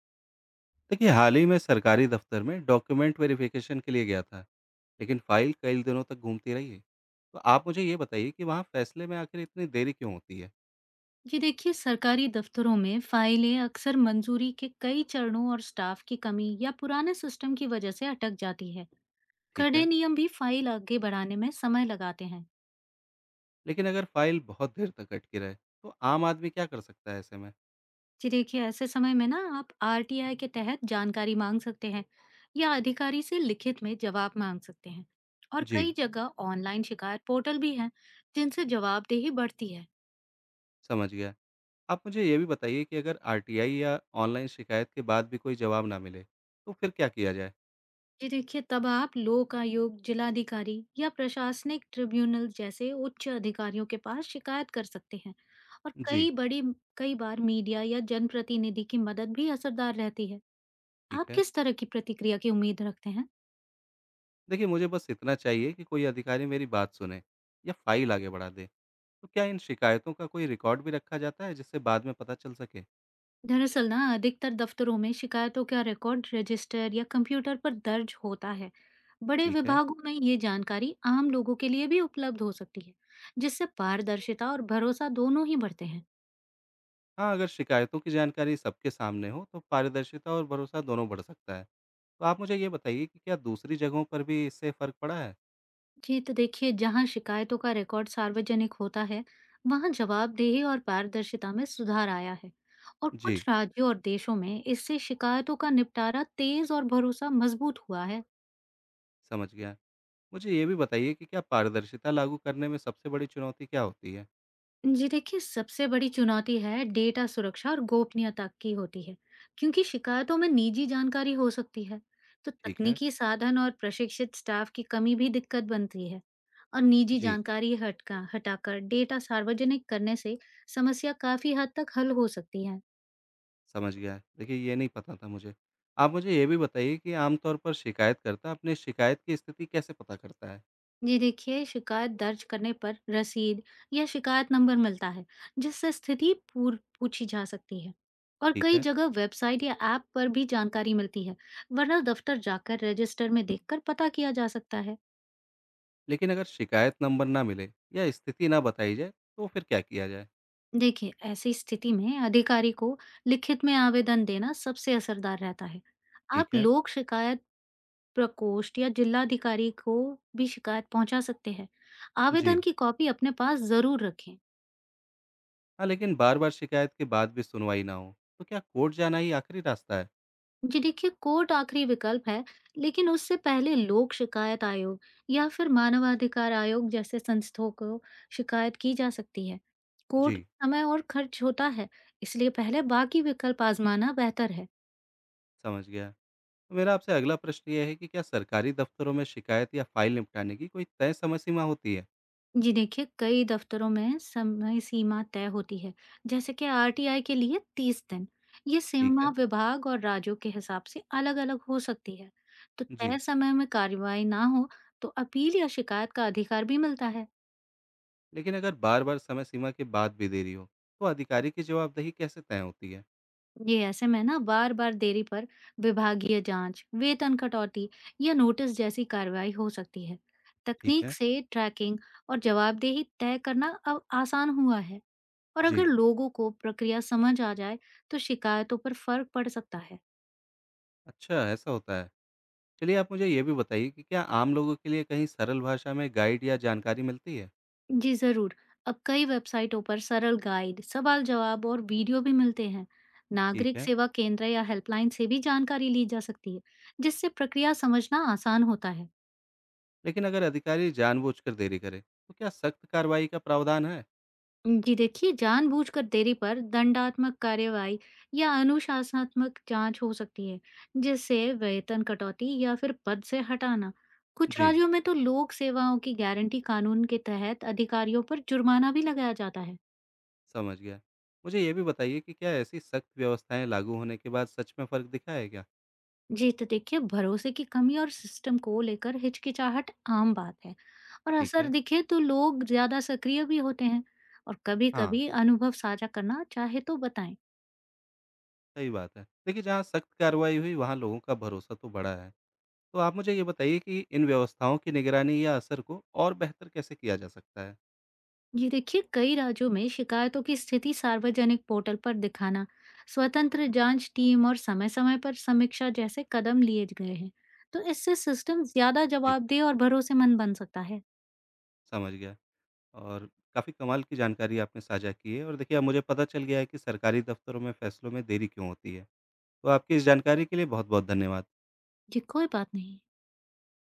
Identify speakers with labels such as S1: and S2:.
S1: देखिए हाल ही में सरकारी दफ्तर में डॉक्यूमेंट वेरिफिकेशन के लिए गया था। लेकिन फाइल कई दिनों तक घूमती रही। तो आप मुझे ये बताइए कि वहाँ फैसले में आखिर इतनी देरी क्यों होती है।
S2: जी देखिए, सरकारी दफ्तरों में फाइलें अक्सर मंजूरी के कई चरणों और स्टाफ की कमी या पुराने सिस्टम की वजह से अटक जाती है।
S1: ठीक
S2: कड़े
S1: है।
S2: नियम भी फाइल आगे बढ़ाने में समय लगाते हैं।
S1: लेकिन अगर फाइल बहुत देर तक अटकी रहे तो आम आदमी क्या कर सकता है ऐसे में।
S2: जी देखिए, ऐसे समय में ना आप आरटीआई के तहत जानकारी मांग सकते हैं या अधिकारी से लिखित में जवाब मांग सकते हैं। और कई
S1: जी।
S2: जगह ऑनलाइन शिकायत पोर्टल भी हैं जिनसे जवाबदेही बढ़ती है।
S1: समझ गया। आप मुझे ये भी बताइए कि अगर आर या ऑनलाइन शिकायत के बाद भी कोई जवाब ना मिले तो फिर क्या किया जाए।
S2: जी देखिए, तब आप लोक आयोग, जिलाधिकारी या प्रशासनिक ट्रिब्यूनल जैसे उच्च अधिकारियों के पास शिकायत कर सकते हैं। और
S1: जी।
S2: कई बड़ी कई बार मीडिया या जनप्रतिनिधि की मदद भी असरदार रहती है।
S1: ठीक
S2: आप
S1: है।
S2: किस तरह की प्रतिक्रिया की उम्मीद रखते हैं?
S1: देखिए मुझे बस इतना चाहिए कि कोई अधिकारी मेरी बात सुने या फाइल आगे बढ़ा दे। तो क्या इन शिकायतों का कोई रिकॉर्ड भी रखा जाता है जिससे बाद में पता चल सके?
S2: दरअसल ना अधिकतर दफ्तरों में शिकायतों का रिकॉर्ड रजिस्टर या कंप्यूटर पर दर्ज होता है। बड़े
S1: ठीक है।
S2: विभागों में ये जानकारी आम लोगों के लिए भी उपलब्ध हो सकती है, जिससे पारदर्शिता और भरोसा दोनों ही बढ़ते हैं।
S1: हाँ, अगर शिकायतों की जानकारी सबके सामने हो तो पारदर्शिता और भरोसा दोनों बढ़ सकता है। तो आप मुझे ये बताइए कि क्या दूसरी जगहों पर भी इससे फ़र्क पड़ा है?
S2: जी तो देखिए, जहां शिकायतों का रिकॉर्ड सार्वजनिक होता है, वहां जवाबदेही और पारदर्शिता में सुधार आया है। और कुछ
S1: जी,
S2: राज्यों और देशों में इससे शिकायतों का निपटारा तेज और भरोसा मजबूत हुआ है।
S1: समझ गया। मुझे ये भी बताइए कि क्या पारदर्शिता लागू करने में सबसे बड़ी चुनौती क्या होती है?
S2: जी देखिए, सबसे बड़ी चुनौती है डेटा सुरक्षा और गोपनीयता की होती है, क्योंकि शिकायतों में निजी जानकारी हो सकती है। तो
S1: ठीक है।
S2: तकनीकी साधन और प्रशिक्षित स्टाफ की कमी भी दिक्कत बनती है। और निजी
S1: जी,
S2: जानकारी हटका हटाकर डेटा सार्वजनिक करने से समस्या काफी हद तक हल हो सकती है।
S1: समझ गया। देखिए ये नहीं पता था मुझे। आप मुझे ये भी बताइए कि आमतौर पर शिकायतकर्ता अपनी शिकायत की स्थिति कैसे पता करता है?
S2: जी देखिए, शिकायत दर्ज करने पर रसीद या शिकायत नंबर मिलता है, जिससे स्थिति पूर पूछी जा सकती है। और
S1: ठीक
S2: कई
S1: है।
S2: जगह वेबसाइट या ऐप पर भी जानकारी मिलती है, वरना दफ्तर जाकर रजिस्टर में देखकर पता किया जा सकता है।
S1: लेकिन अगर शिकायत नंबर ना मिले या स्थिति ना बताई जाए तो फिर क्या किया जाए।
S2: देखिए, ऐसी स्थिति में अधिकारी को लिखित में आवेदन देना सबसे असरदार रहता है।
S1: ठीक
S2: आप
S1: है।
S2: लोक शिकायत प्रकोष्ठ या जिलाधिकारी को भी शिकायत पहुंचा सकते हैं। आवेदन
S1: जी।
S2: की कॉपी अपने पास जरूर रखें।
S1: हाँ लेकिन बार बार शिकायत के बाद भी सुनवाई ना हो तो क्या कोर्ट जाना ही आखिरी रास्ता है।
S2: जी देखिए, कोर्ट आखिरी विकल्प है, लेकिन उससे पहले लोक शिकायत आयोग या फिर मानवाधिकार आयोग जैसे संस्थाओं को शिकायत की जा सकती है। कोर्ट
S1: जी।
S2: में समय और खर्च होता है, इसलिए पहले बाकी विकल्प आजमाना बेहतर है।
S1: समझ गया। तो मेरा आपसे अगला प्रश्न यह है कि क्या सरकारी दफ्तरों में शिकायत या फाइल निपटाने की कोई तय समय सीमा होती है।
S2: जी देखिए, कई दफ्तरों में समय सीमा तय होती है, जैसे कि आरटीआई के लिए 30 दिन। ये
S1: ठीक
S2: सीमा
S1: है।
S2: विभाग और राज्यों के हिसाब से अलग-अलग हो सकती है। तो तय
S1: जी।
S2: समय में कार्रवाई ना हो, तो अपील या शिकायत का अधिकार भी मिलता है।
S1: लेकिन अगर बार बार समय सीमा के बाद भी देरी हो तो अधिकारी की जवाबदेही कैसे तय होती है।
S2: जी, ऐसे में ना बार बार देरी पर विभागीय जांच, वेतन कटौती या नोटिस जैसी कार्रवाई हो सकती है।
S1: ठीक
S2: तकनीक
S1: है।
S2: से ट्रैकिंग और जवाबदेही तय करना अब आसान हुआ है, और अगर
S1: जी।
S2: लोगों को प्रक्रिया समझ आ जाए तो शिकायतों पर फर्क पड़ सकता है।
S1: अच्छा ऐसा होता है। चलिए आप मुझे ये भी बताइए कि क्या आम लोगों के लिए कहीं सरल भाषा में गाइड या जानकारी मिलती है?
S2: जी जरूर, अब कई वेबसाइटों पर सरल गाइड, सवाल जवाब और वीडियो भी मिलते हैं।
S1: ठीक
S2: नागरिक
S1: है,
S2: सेवा केंद्र या हेल्पलाइन से भी जानकारी ली जा सकती है, जिससे प्रक्रिया समझना आसान होता है।
S1: लेकिन अगर अधिकारी जानबूझकर देरी करे, तो क्या सख्त कार्रवाई का प्रावधान है?
S2: जी देखिए, जानबूझकर देरी पर दंडात्मक कार्यवाही या अनुशासनात्मक जांच हो सकती है, जिससे वेतन कटौती या फिर पद से हटाना। कुछ
S1: जी,
S2: राज्यों में तो लोक सेवाओं की गारंटी कानून के तहत अधिकारियों पर जुर्माना भी लगाया जाता है।
S1: समझ गया। मुझे ये भी बताइए कि क्या ऐसी सख्त व्यवस्थाएं लागू होने के बाद सच में फ़र्क दिखा है क्या?
S2: जी तो देखिए, भरोसे की कमी और सिस्टम को लेकर हिचकिचाहट आम बात है, और
S1: ठीक
S2: असर
S1: है,
S2: दिखे तो लोग ज्यादा सक्रिय भी होते हैं। और
S1: हाँ,
S2: कभी-कभी अनुभव साझा करना चाहे तो बताएं।
S1: सही बात है। देखिए, जहाँ सख्त कार्रवाई हुई, वहाँ लोगों का भरोसा तो बढ़ा है। तो आप मुझे ये बताइए कि इन व्यवस्थाओं की निगरानी या असर को और बेहतर कैसे किया जा सकता है?
S2: ये देखिए, कई राज्यों में शिकायतों की स्थिति सार्वजनिक पोर्टल पर दिखाना, स्वतंत्र जांच टीम और समय समय पर समीक्षा जैसे कदम लिए गए हैं। तो इससे सिस्टम ज्यादा
S1: जी,
S2: जवाबदेह और भरोसेमंद बन सकता है।
S1: समझ गया। और काफ़ी कमाल की जानकारी आपने साझा की है और देखिए अब मुझे पता चल गया है कि सरकारी दफ्तरों में फैसलों में देरी क्यों होती है। तो आपकी इस जानकारी के लिए बहुत-बहुत धन्यवाद।
S2: जी कोई बात नहीं।